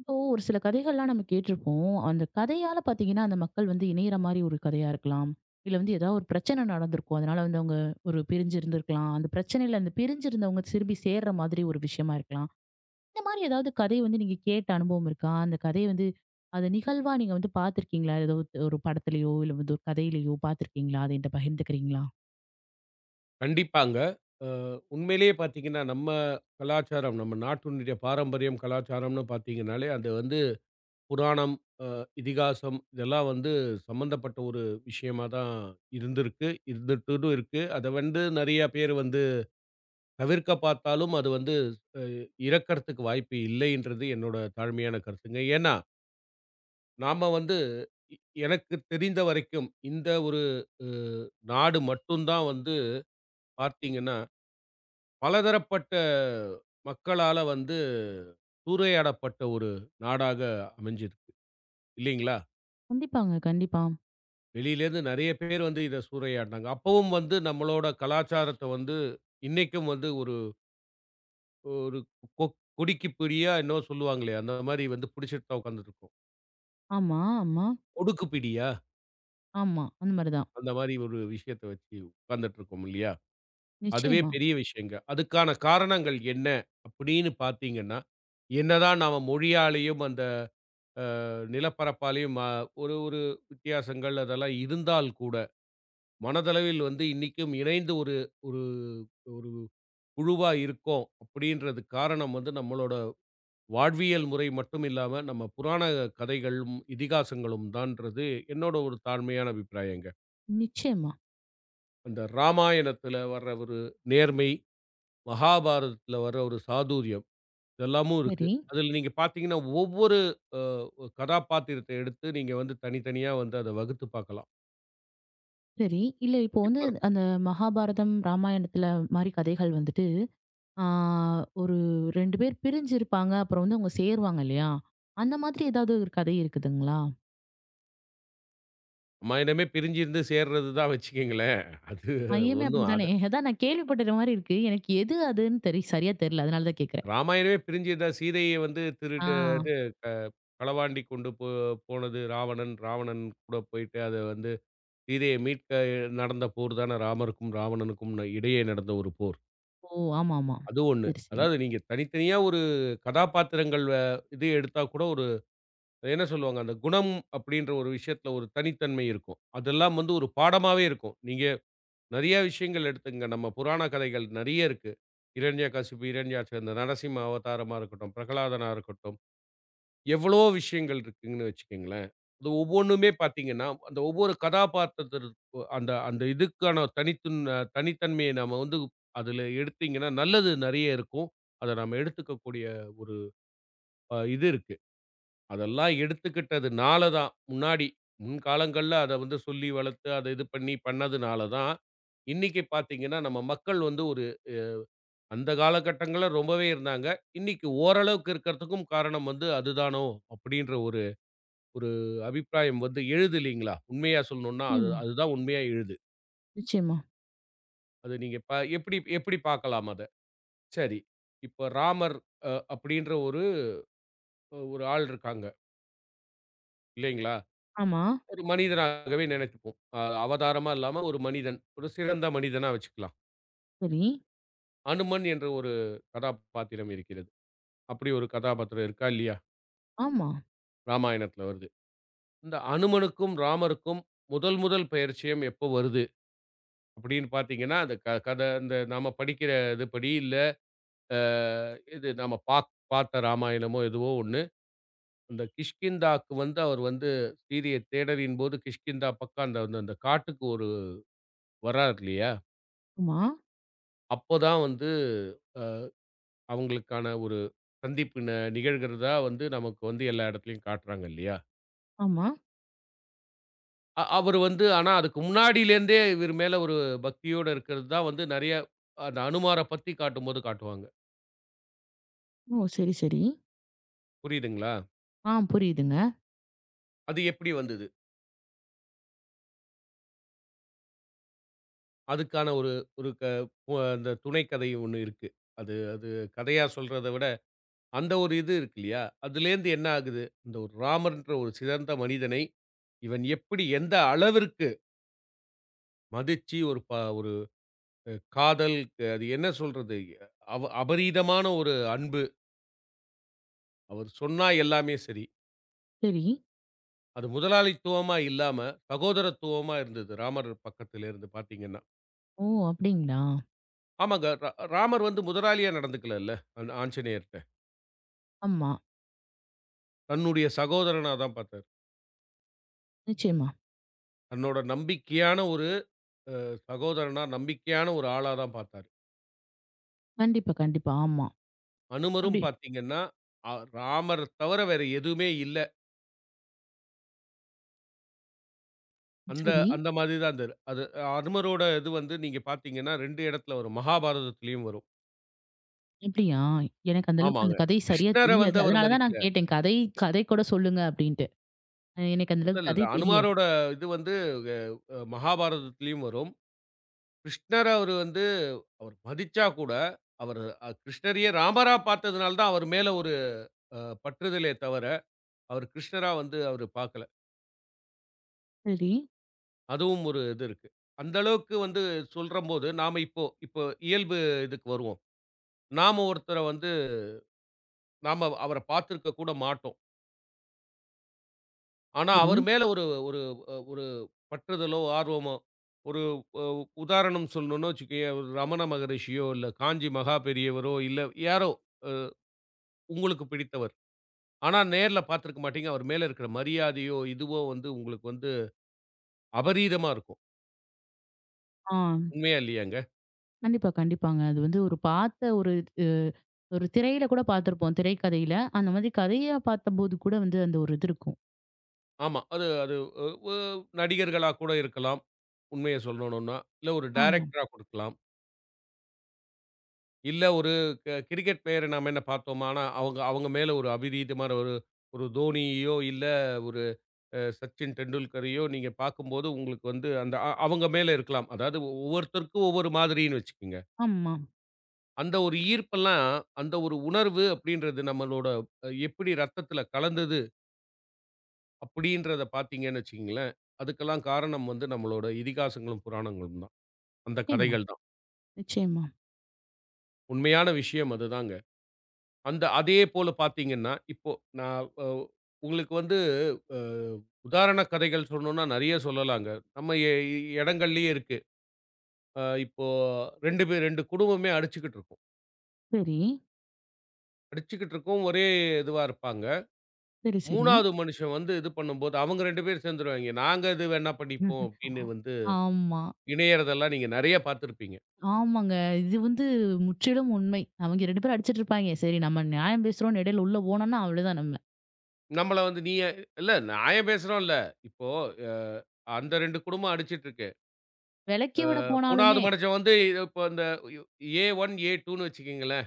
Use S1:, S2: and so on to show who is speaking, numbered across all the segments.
S1: இப்போ ஒரு சில கதைகள்லாம் நம்ம கேட்டிருப்போம். அந்த கதையால பார்த்தீங்கன்னா, அந்த மக்கள் வந்து இணையிற மாரி ஒரு கதையா இருக்கலாம். இல்ல வந்து ஏதாவது ஒரு பிரச்சனை நடந்திருக்கும். அதனால வந்து அவங்க ஒரு பிரிஞ்சு இருந்திருக்கலாம். அந்த பிரச்சனையில அந்த பிரிஞ்சிருந்தவங்க திரும்பி சேர்ற மாதிரி ஒரு விஷயமா இருக்கலாம். இந்த மாரி ஏதாவது கதை வந்து நீங்க கேட்ட அனுபவம் இருக்கா? அந்த கதைய வந்து அத நிகழ்வா நீங்க வந்து பார்த்துருக்கீங்களா? ஏதோ ஒரு ஒரு படத்துலயோ, இல்ல வந்து ஒரு கதையிலயோ பார்த்துருக்கீங்களா? அத என்ட்ட பகிர்ந்துக்கிறீங்களா?
S2: கண்டிப்பாங்க. அ உண்மையிலேயே பார்த்தீங்கன்னா, நம்ம கலாச்சாரம், நம்ம நாட்டினுடைய பாரம்பரியம், கலாச்சாரம்னு பார்த்தீங்கனாலே, அது வந்து புராணம், அ இதிகாசம் இதெல்லாம் வந்து சம்மந்தப்பட்ட ஒரு விஷயமா தான் இருந்திருக்கு. இருந்துட்டும் இருக்கு. அத வந்து நெறைய பேர் வந்து தவிர்க்க பார்த்தாலும், அது வந்து அ இறக்கறதுக்கு வாய்ப்பு இல்லைன்றது என்னோட தாழ்மையான கருத்துங்க. ஏன்னா, நாம வந்து இ எனக்கு தெரிந்த வரைக்கும், இந்த ஒரு அ நாடு மட்டும் தான் வந்து பார்த்தீங்கன்னா பலதரப்பட்ட மக்களால வந்து சூறையாடப்பட்ட ஒரு நாடாக அமைஞ்சிருக்கு. இல்லைங்களா?
S1: கண்டிப்பாங்க, கண்டிப்பா.
S2: வெளியிலேருந்து நெறைய பேர் வந்து இத சூறையாடினாங்க. அப்பவும் வந்து நம்மளோட கலாச்சாரத்த வந்து இன்னைக்கும் வந்து ஒரு ஒரு கொ கொடிக்கு பிடியா என்னவோ சொல்லுவாங்களே, அந்த மாரி வந்து பிடிச்சுட்டு தான் உட்கார்ந்துட்டுருக்கோம்.
S1: ஆமா, ஆமா,
S2: ஒடுக்கு பிடியா?
S1: ஆமா. அந்த மாரி தான்.
S2: அந்த மாரி ஒரு விஷயத்த வச்சு உட்கார்ந்துட்டு இருக்கோம் இல்லையா? அதுவே
S1: நிச்சயமா,
S2: பெரிய விஷயங்க. அதுக்கான காரணங்கள் என்ன? அப்படின்னு பார்த்தீங்கன்னா, என்னதான் நாம மொழியாலயும் அந்த நிலப்பரப்பாலேயும் ஒரு ஒரு வித்தியாசங்கள் அதெல்லாம் இருந்தால் கூட, மனதளவில் வந்து இன்னிக்கும் இணைந்து ஒரு ஒரு ஒரு குழுவா இருக்கோம் அப்படின்றதுக்கு காரணம் வந்து நம்மளோட வாழ்வியல் முறை மட்டும் இல்லாம, நம்ம புராண கதைகளும், இதிகாசங்களும் தான்றது என்னோட ஒரு தாழ்மையான அபிப்பிராயங்க.
S1: நிச்சயமா.
S2: அந்த ராமாயணத்தில வர்ற ஒரு நேர்மை, மகாபாரதத்தில வர்ற ஒரு சாதுரியம் இதெல்லாமும் இருக்கு.
S1: சரி.
S2: அதில நீங்க பார்த்தீங்கன்னா, ஒவ்வொரு அ கதாபாத்திரத்த எடுத்து நீங்க வந்து தனித்தனியா வந்து அத வகுத்து பார்க்கலாம்.
S1: சரி. இல்ல இப்போ வந்து
S2: இப்ப
S1: அந்த மகாபாரதம், ராமாயணத்துல மாரி கதைகள் வந்துட்டு, ஆ ஒரு 2 பேர் பிரிஞ்சிருப்பாங்க. அப்புறம் வந்து அவங்க சேருவாங்க இல்லையா? அந்த மாதிரி ஏதாவது ஒரு கதை இருக்குதுங்களா?
S2: ராமாயணமே பிரிஞ்சிருந்து சேர்றது தான் வச்சுக்கங்களேன். அது
S1: மையமே
S2: ஒண்ணும்
S1: அப்படித்தானே.
S2: அது
S1: அதான் நான் கேள்விப்பட்ட மாரி இருக்கு. எனக்கு எது அதுன்னு தெரி சரியா தெரியல. அதனால தான் கேட்கிறேன்.
S2: ராமாயணமே பிரிஞ்சிருந்தா சீதைய வந்து
S1: ஆ.
S2: திருட்டு இது க களவாண்டி கொண்டு போனது ராவணன். ராவணன் கூட போயிட்டு அத வந்து சீதைய மீட்க நடந்த போர் தான ராமருக்கும், ராவணனுக்கும் இடையே நடந்த ஒரு போர்.
S1: ஓ! ஆமாமா.
S2: அது ஒண்ணு.
S1: சரி, சரி.
S2: அதாவது நீங்க தனித்தனியா ஒரு கதாபாத்திரங்கள் இது எடுத்தா கூட ஒரு என்ன சொல்லுவாங்க, அந்த குணம் அப்படின்ற ஒரு விஷயத்துல ஒரு தனித்தன்மை இருக்கும். அதெல்லாம் வந்து ஒரு பாடமாவே இருக்கும். நீங்க நெறைய விஷயங்கள் எடுத்துங்க. நம்ம புராண கதைகள் நெறைய இருக்கு. இரண்யகசிபு, இரண்யாட்ச இந்த நரசிம்ம அவதாரமா இருக்கட்டும், பிரகலாதனா இருக்கட்டும், எவ்வளோ விஷயங்கள் இருக்குங்கன்னு வச்சுக்கங்களேன். அது ஒவ்வொன்னுமே பார்த்தீங்கன்னா, அந்த ஒவ்வொரு கதாபாத்திரத்திற்கு அந்த அந்த இதுக்கான தனித்தன்மைய நம்ம வந்து அதில எடுத்தீங்கன்னா, நல்லது நெறைய இருக்கும். அத நம்ம எடுத்துக்கக்கூடிய ஒரு இது இருக்கு. அதெல்லாம் எடுத்துக்கிட்டதுனால தான், முன்னாடி முன்காலங்கள்ல அத வந்து சொல்லி வளர்த்து, அத இது பண்ணி பண்ணதுனால தான், இன்னைக்கு பார்த்தீங்கன்னா, நம்ம மக்கள் வந்து ஒரு அந்த காலகட்டங்கள்ல ரொம்பவே இருந்தாங்க. இன்னைக்கு ஓரளவுக்கு இருக்கிறதுக்கும் காரணம் வந்து அதுதானோ! அப்படின்ற ஒரு ஒரு அபிப்பிராயம் வந்து எழுது இல்லைங்களா? உண்மையா சொல்லணும்னா, அது
S1: நிச்சயமா,
S2: அதுதான் உண்மையா எழுது.
S1: நிச்சயமா.
S2: அது நீங்க எப்படி எப்படி பார்க்கலாம் அத? சரி. இப்ப ராமர் அப்படின்ற ஒரு ஒரு ஆள் இருக்காங்க, இல்லைங்களா?
S1: ஆமா.
S2: ஒரு மனிதனாகவே நினைத்துப்போம். அவதாரமா இல்லாம ஒரு மனிதன். ஒரு சிறந்த மனிதனா வச்சுக்கலாம்.
S1: சரி.
S2: அனுமன் என்ற ஒரு கதாபாத்திரம் இருக்கிறது. அப்படி ஒரு கதாபாத்திரம் இருக்கா இல்லையா?
S1: ஆமா,
S2: ராமாயணத்துல வருது. இந்த அனுமனுக்கும், ராமருக்கும் முதல் முதல் பெயர்ச்சியம் எப்போ வருது? அப்படின்னு பார்த்தீங்கன்னா, அந்த அந்த நாம படிக்கிற இது படி இல்ல, அ இது நாம பார்த்த ராமாயணமோ எதுவோ ஒண்ணு. அந்த கிஷ்கிந்தாக்கு வந்து அவர் வந்து சீதைய தேடலின் போது கிஷ்கிந்தா பக்கம் அந்த அந்த அந்த காட்டுக்கு ஒரு வர்றார் இல்லையா?
S1: ஆமா,
S2: அப்பதான் வந்து அவங்களுக்கான ஒரு சந்திப்பு நிகழ்கிறதா வந்து நமக்கு வந்து எல்லா இடத்துலயும் காட்டுறாங்க இல்லையா?
S1: ஆமா.
S2: அவரு வந்து ஆனா அதுக்கு முன்னாடியிலேருந்தே இவரு மேல ஒரு பக்தியோட இருக்கிறது தான் வந்து நெறைய அந்த அனுமார பத்தி காட்டும்போது காட்டுவாங்க.
S1: ஓ! சரி, சரி.
S2: புரியுதுங்களா?
S1: ஆ புரியுதுங்க.
S2: அது எப்படி வந்தது? அதுக்கான ஒரு ஒரு அந்த துணை கதை ஒண்ணு இருக்கு. அது அது கதையா சொல்றத விட அந்த ஒரு இது இருக்கு இல்லையா? அதுலேருந்து என்ன ஆகுது? இந்த ஒரு ராமர்ன்ற ஒரு சிறந்த மனிதனை இவன் எப்படி எந்த அளவிற்கு மதிச்சு ஒரு ஒரு காதல் அது என்ன சொல்றது? அபரீதமான ஒரு அன்பு. அவர் சொன்னா எல்லாமே சரி.
S1: சரி.
S2: அது முதலாளித்துவமா இல்லாம, சகோதரத்துவமா இருந்தது. ராமர் பக்கத்துல இருந்து பார்த்தீங்கன்னா.
S1: ஓ! அப்படிங்களா?
S2: ஆமாங்க. ராமர் வந்து முதலாளியா நடந்துக்கலல்ல, அந்த ஆஞ்சநேயர்ட்ட.
S1: ஆமா.
S2: தன்னுடைய சகோதரனா தான் பார்த்தாரு.
S1: நிச்சயமா.
S2: தன்னோட நம்பிக்கையான ஒரு அ சகோதரனா, நம்பிக்கையான ஒரு ஆளா தான் பார்த்தாரு.
S1: கண்டிப்பா, கண்டிப்பா. ஆமா.
S2: அனுமரும்
S1: அப்படி
S2: பார்த்தீங்கன்னா, அ ராமர தவிர வேற எதுவுமே இல்ல. அந்த
S1: சரி.
S2: அந்த மாதிரி தான் அந்த அது அனுமரோட இது வந்து நீங்க பார்த்தீங்கன்னா, 2 இடத்துல வரும். மகாபாரதத்திலயும் வரும்.
S1: அப்படியா? எனக்கு அந்த அளவுக்கு
S2: ஆமாங்க.
S1: அந்த கதை சரியா
S2: கிருஷ்ணர
S1: தெரியாது.
S2: வந்து அவர்
S1: அதனால தான்
S2: மதிக்கல.
S1: நான் கேட்டேன். கதை கதை கூட சொல்லுங்க அப்படின்ட்டு. எனக்கு அந்த
S2: இல்ல,
S1: அளவுக்கு
S2: இல்ல.
S1: கதை தெரியாது.
S2: அனுமாரோட இது வந்து மகாபாரதத்திலயும் வரும். கிருஷ்ணர அவரு வந்து அவர் மதிச்சா கூட, அவரு கிருஷ்ணரையே ராமரா பார்த்ததுனால தான் அவர் மேல ஒரு அ பற்றுதலே தவிர, அவர் கிருஷ்ணரா வந்து அவரு பார்க்கல.
S1: சரி,
S2: அதுவும் ஒரு இது இருக்கு. அந்த அளவுக்கு வந்து சொல்றம்போது, நாம இப்போ இப்போ இயல்பு இதுக்கு வருவோம். நாம ஒருத்தர வந்து நாம அவர பார்த்திருக்க கூட மாட்டோம். ஆனா,
S1: சரி.
S2: அவர் மேல ஒரு ஒரு ஒரு பற்றுதலோ, ஆர்வமோ, ஒரு அ உதாரணம் சொல்லணும்னு வச்சுக்கயே, ஒரு ரமண மகரிஷியோ, இல்ல காஞ்சி மகா பெரியவரோ, இல்ல யாரோ அ உங்களுக்கு பிடித்தவர். ஆனா, நேர்ல பார்த்திருக்க மாட்டீங்க. அவர் மேல இருக்கிற மரியாதையோ, இதுவோ வந்து உங்களுக்கு வந்து அபரீதமா இருக்கும்.
S1: ஆ.
S2: உண்மையா இல்லையாங்க?
S1: கண்டிப்பா, கண்டிப்பாங்க. அது வந்து ஒரு பார்த்த ஒரு அ ஒரு திரையில கூட பார்த்திருப்போம். திரைக்கதையில. அந்த மாதிரி கதையா பார்த்தபோது கூட வந்து அந்த ஒரு இது இருக்கும்.
S2: ஆமா. அது அது அ வ நடிகர்களா கூட இருக்கலாம், உண்மைய சொல்லணும்னா. இல்ல ஒரு
S1: ஆமா,
S2: டைரக்டரா குடுக்கலாம். இல்ல ஒரு கிரிக்கெட் பிளேயர நாம என்ன பார்த்தோமா? ஆனா, அவங்க அவங்க மேல ஒரு அபிரீதமான ஒரு ஒரு தோனியோ, இல்ல ஒரு சச்சின் டெண்டுல்கரையோ நீங்க பார்க்கும்போது உங்களுக்கு வந்து அந்த அவங்க மேல இருக்கலாம். அதாவது ஒவ்வொருத்தருக்கும் ஒவ்வொரு மாதிரின்னு வச்சுக்கங்க.
S1: ஆமா.
S2: அந்த ஒரு ஈர்ப்பெல்லாம், அந்த ஒரு உணர்வு அப்படின்றது நம்மளோட எப்படி ரத்தத்தில கலந்தது அப்படின்றத பார்த்தீங்கன்னு வச்சுக்கங்களேன், அதுக்கெல்லாம் காரணம் வந்து நம்மளோட இதிகாசங்களும், புராணங்களும் தான். அந்த
S1: நிச்சயமா,
S2: கதைகள் தான்.
S1: நிச்சயமா.
S2: உண்மையான விஷயம் அதுதாங்க. அந்த அதே போல பார்த்தீங்கன்னா, இப்போ நான் உங்களுக்கு வந்து அ உதாரண கதைகள் சொல்லணும்னா நெறைய சொல்லலாங்க. நம்ம இடங்கள்லயே இருக்கு. இப்போ 2 பேர் 2 குடும்பமே அடிச்சுக்கிட்டு இருக்கும்.
S1: சரி,
S2: அடிச்சுக்கிட்டு இருக்கும். ஒரே இதுவா இருப்பாங்க.
S1: சரி, சரி.
S2: 3வது மனுஷன் வந்து இது பண்ணும்போது, அவங்க 2 பேரும் சேர்ந்துருவாய்ங்க. "நாங்க இது வேணா பண்ணிப்போம்" அப்படின்னு வந்து
S1: ஆமா.
S2: இணையறதெல்லாம் நீங்க நெறைய பார்த்துருப்பீங்க.
S1: ஆமாங்க. இது வந்து முற்றிலும் உண்மை. அவங்க 2 பேரும் அடிச்சிட்டு இருப்பாய்ங்க. சரி நம்ம நியாயம் பேசுறோம்னு இடையில உள்ள போனோம்னா அவ்வளோதான் நம்ம.
S2: நம்மள வந்து நீ ஏன்- இல்ல நான் ஏன் பேசுறோம்ல. இப்போ அ அந்த 2 குடும்பம் அடிச்சுட்டு இருக்கு.
S1: விலக்கி விட
S2: 3வது
S1: போனாலுமே
S2: மனுஷன் வந்து இப்ப இந்த A1, A2ன்னு வச்சுக்கங்களேன்.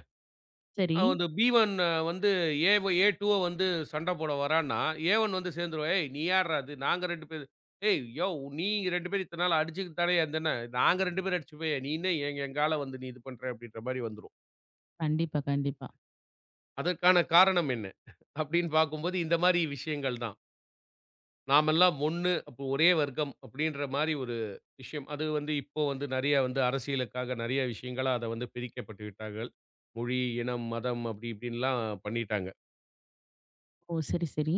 S1: சரி.
S2: அவன் வந்து B1 வந்து A1 A2வ வந்து சண்ட போட வரான்னா, A1 வந்து சேர்ந்துருவான். "ஏய்! நீ யார்றா இது? நாங்க 2 பேரு." "ஏய்! யோவ்! நீங்க 2 பேரும் இத்தன நாள் அடிச்சுக்கிட்டு தானயா இருந்தன. நாங்க 2 பேரும் அடிச்சுப்போம். நீ என்ன எங்கால வந்து நீ இது பண்ற?" அப்படீன்ற மாரி வந்துரும்.
S1: கண்டிப்பா, கண்டிப்பா.
S2: அதற்கான காரணம் என்ன? அப்படீன்னு பார்க்கும்போது, இந்த மாரி விஷயங்கள் தான். நாமெல்லாம் ஒண்ணு, அப்போ ஒரே வர்க்கம் அப்படின்ற மாரி ஒரு விஷயம். அது வந்து இப்போ வந்து நெறைய வந்து அரசியலுக்காக நெறைய விஷயங்களா அத வந்து பிரிக்கப்பட்டு விட்டார்கள். மொழி, இனம், மதம் அப்படி இப்படின்லாம் பண்ணிட்டாங்க.
S1: ஓ! சரி, சரி.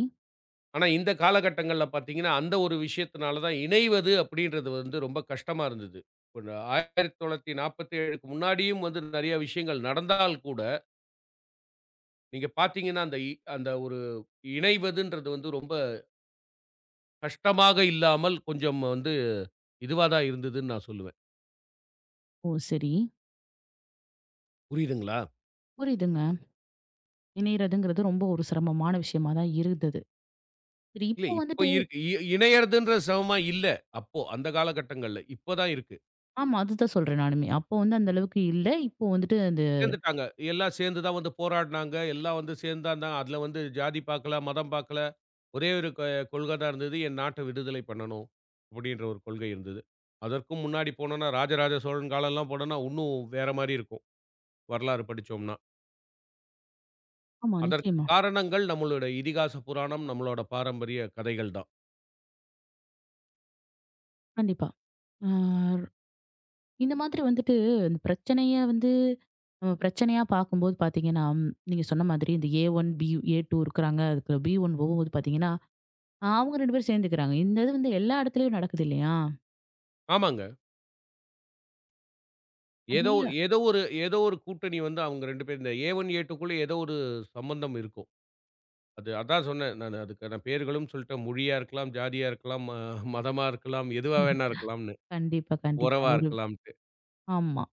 S2: ஆனா, இந்த காலகட்டங்கள்ல பார்த்தீங்கன்னா, அந்த ஒரு விஷயத்தினால தான் இணைவது அப்படின்றது வந்து ரொம்ப கஷ்டமா இருந்தது. ஒரு 1947க்கு முன்னாடியும் வந்து நெறைய விஷயங்கள் நடந்தால் கூட, நீங்க பார்த்தீங்கன்னா, அந்த அந்த ஒரு இணைவதுன்றது வந்து ரொம்ப கஷ்டமாக இல்லாமல் கொஞ்சம் வந்து இதுவா தான் இருந்ததுன்னு நான் சொல்லுவேன்.
S1: ஓ! சரி.
S2: புரியுதுங்களா?
S1: புரியுதுங்க. இணையறதுங்கிறது ரொம்ப ஒரு சிரமமான விஷயமா தான் இருந்தது. சரி
S2: இல்ல,
S1: இப்போ
S2: இப்ப
S1: வந்துட்டு
S2: இருக்கு. இணையறதுன்ற சமமா இல்ல. அப்போ, அந்த காலகட்டங்கள்ல. இப்ப தான் இருக்கு.
S1: ஆமா அதுதான் சொல்றேன் நானுமே. அப்போ வந்து அந்த அளவுக்கு இல்ல. இப்போ வந்துட்டு அந்த
S2: சேர்ந்துட்டாங்க. எல்லாம் சேர்ந்து தான் வந்து போராடுனாங்க. எல்லாம் வந்து சேர்ந்து தான் தான் அதுல வந்து ஜாதி பாக்கல, மதம் பாக்கல. ஒரே ஒரு கொள்கை தான் இருந்தது. என் நாட்ட விடுதலை பண்ணணும். அப்படின்ற ஒரு கொள்கை இருந்தது. அதற்கும் முன்னாடி போனோம்னா, ராஜராஜ சோழன் காலம்லாம் போனோம்னா, இன்னும் வேற மாரி இருக்கும். வரலாறு படிச்சோம்னா.
S1: ஆமா
S2: அதற்கு
S1: நிச்சயமா.
S2: காரணங்கள் நம்மளோட இதிகாச புராணம், நம்மளோட பாரம்பரிய கதைகள் தான்.
S1: கண்டிப்பா. ஆ இந்த மாதிரி வந்துட்டு இந்த பிரச்சனைய வந்து நம்ம பிரச்சனையா பார்க்கும்போது பார்த்தீங்கன்னா, நீங்க சொன்ன மாதிரி இந்த ஏ1, ஏ2 இருக்கிறாங்க. அதுக்கு பி1 போகும்போது பார்த்தீங்கன்னா, அவங்க 2 பேரும் சேர்ந்துக்கிறாங்க. இந்த இது வந்து எல்லா இடத்துலயும் நடக்குது இல்லையா?
S2: ஆமாங்க. ஏதோ ஒரு
S1: நெறைய.
S2: ஏதோ ஒரு ஏதோ ஒரு கூட்டணி வந்து அவங்க 2 பேரும் இந்த ஏ1, ஏ2க்குள்ள ஏதோ ஒரு சம்பந்தம் இருக்கும். அது அதான் சொன்னேன் நானு. அதுக்கான பேர்களும் சொல்ட்டேன். மொழியா இருக்கலாம், ஜாதியா இருக்கலாம், மதமா இருக்கலாம், எதுவா வேணா இருக்கலாம்ன்னு.
S1: கண்டிப்பா, கண்டிப்பா.
S2: உறவா
S1: ஒரு
S2: இருக்கலாம்ன்ட்டு.
S1: ஆமா.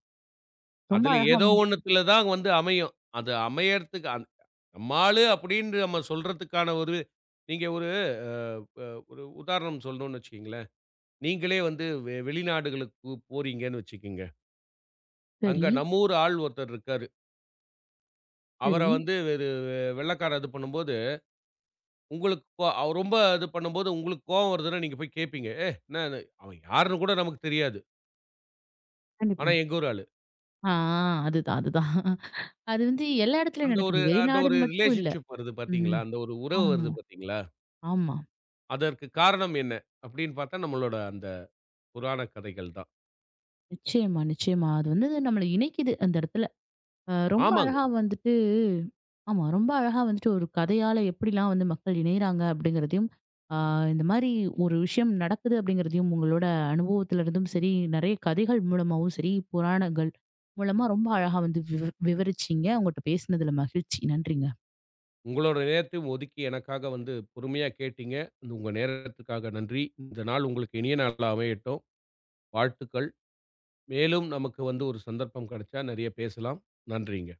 S1: ரொம்ப
S2: அதுல
S1: அழகா
S2: ஏதோ
S1: வந்து
S2: ஒண்ணுத்துல தான் வந்து அமையும். அது அமையறதுக்கு நம்ம ஆளு அப்படின்னு நம்ம சொல்றதுக்கான ஒரு நீங்க ஒரு அ ஒரு உதாரணம் சொல்லணும்னு வச்சுக்கங்களேன். நீங்களே வந்து வெளிநாடுகளுக்கு போறீங்கன்னு வச்சுக்கங்க. அங்க
S1: சரி,
S2: நம்ம ஊர் ஆள் ஒருத்தர் இருக்காரு. அவர
S1: சரி.
S2: வந்து வெள்ளைக்காரன் இது பண்ணும்போது உங்களுக்கு கோ அவ ரொம்ப இது பண்ணும்போது உங்களுக்கு கோவம் வருதுன்னா, நீங்க போய் கேட்பீங்க. ஏய் என்னன்னு அவன் யாருன்னு கூட நமக்கு தெரியாது.
S1: கண்டிப்பா.
S2: ஆனா எங்க ஊர் ஆளு.
S1: ஆ, ஆ. அதுதான், அதுதான். அது வந்து எல்லா இடத்துலயும்
S2: அந்த ஒரு
S1: நடக்குது.
S2: அந்த ஒரு
S1: வெளிநாடுன்னு மட்டும் இல்ல.
S2: ரிலேஷன்ஷிப் வருது பார்த்தீங்களா?
S1: ம்.
S2: அந்த ஒரு உறவு
S1: ஆமா,
S2: வருது பார்த்தீங்களா?
S1: ஆமா.
S2: அதற்கு காரணம் என்ன? அப்படின்னு பார்த்தா நம்மளோட அந்த புராண கதைகள் தான்.
S1: நிச்சயமா, நிச்சயமா. அது வந்து நம்மள இணைக்குது அந்த இடத்துல. ரொம்ப
S2: ஆமாங்க.
S1: அழகா வந்துட்டு ஆமா. ரொம்ப அழகா வந்துட்டு ஒரு கதையால எப்படிலாம் வந்து மக்கள் இணையறாங்க அப்படிங்கிறதையும், அ இந்த மாரி ஒரு விஷயம் நடக்குது அப்படிங்கிறதையும் உங்களோட அனுபவத்துல இருந்தும் சரி, நெறைய கதைகள் மூலமாவும் சரி, புராணங்கள் மூலமா ரொம்ப அழகா வந்து விவரிச்சீங்க. உங்கட்ட பேசினதுல மகிழ்ச்சி. நன்றிங்க.
S2: உங்களோட நேரத்தையும் ஒதுக்கி எனக்காக வந்து பொறுமையா கேட்டீங்க. இந்த உங்க நேரத்துக்காக நன்றி. இந்த நாள் உங்களுக்கு இனிய நாளா அமையட்டும். வாழ்த்துக்கள். மேலும் நமக்கு வந்து ஒரு சந்தர்ப்பம் கிடைச்சா நெறைய பேசலாம். நன்றிங்க.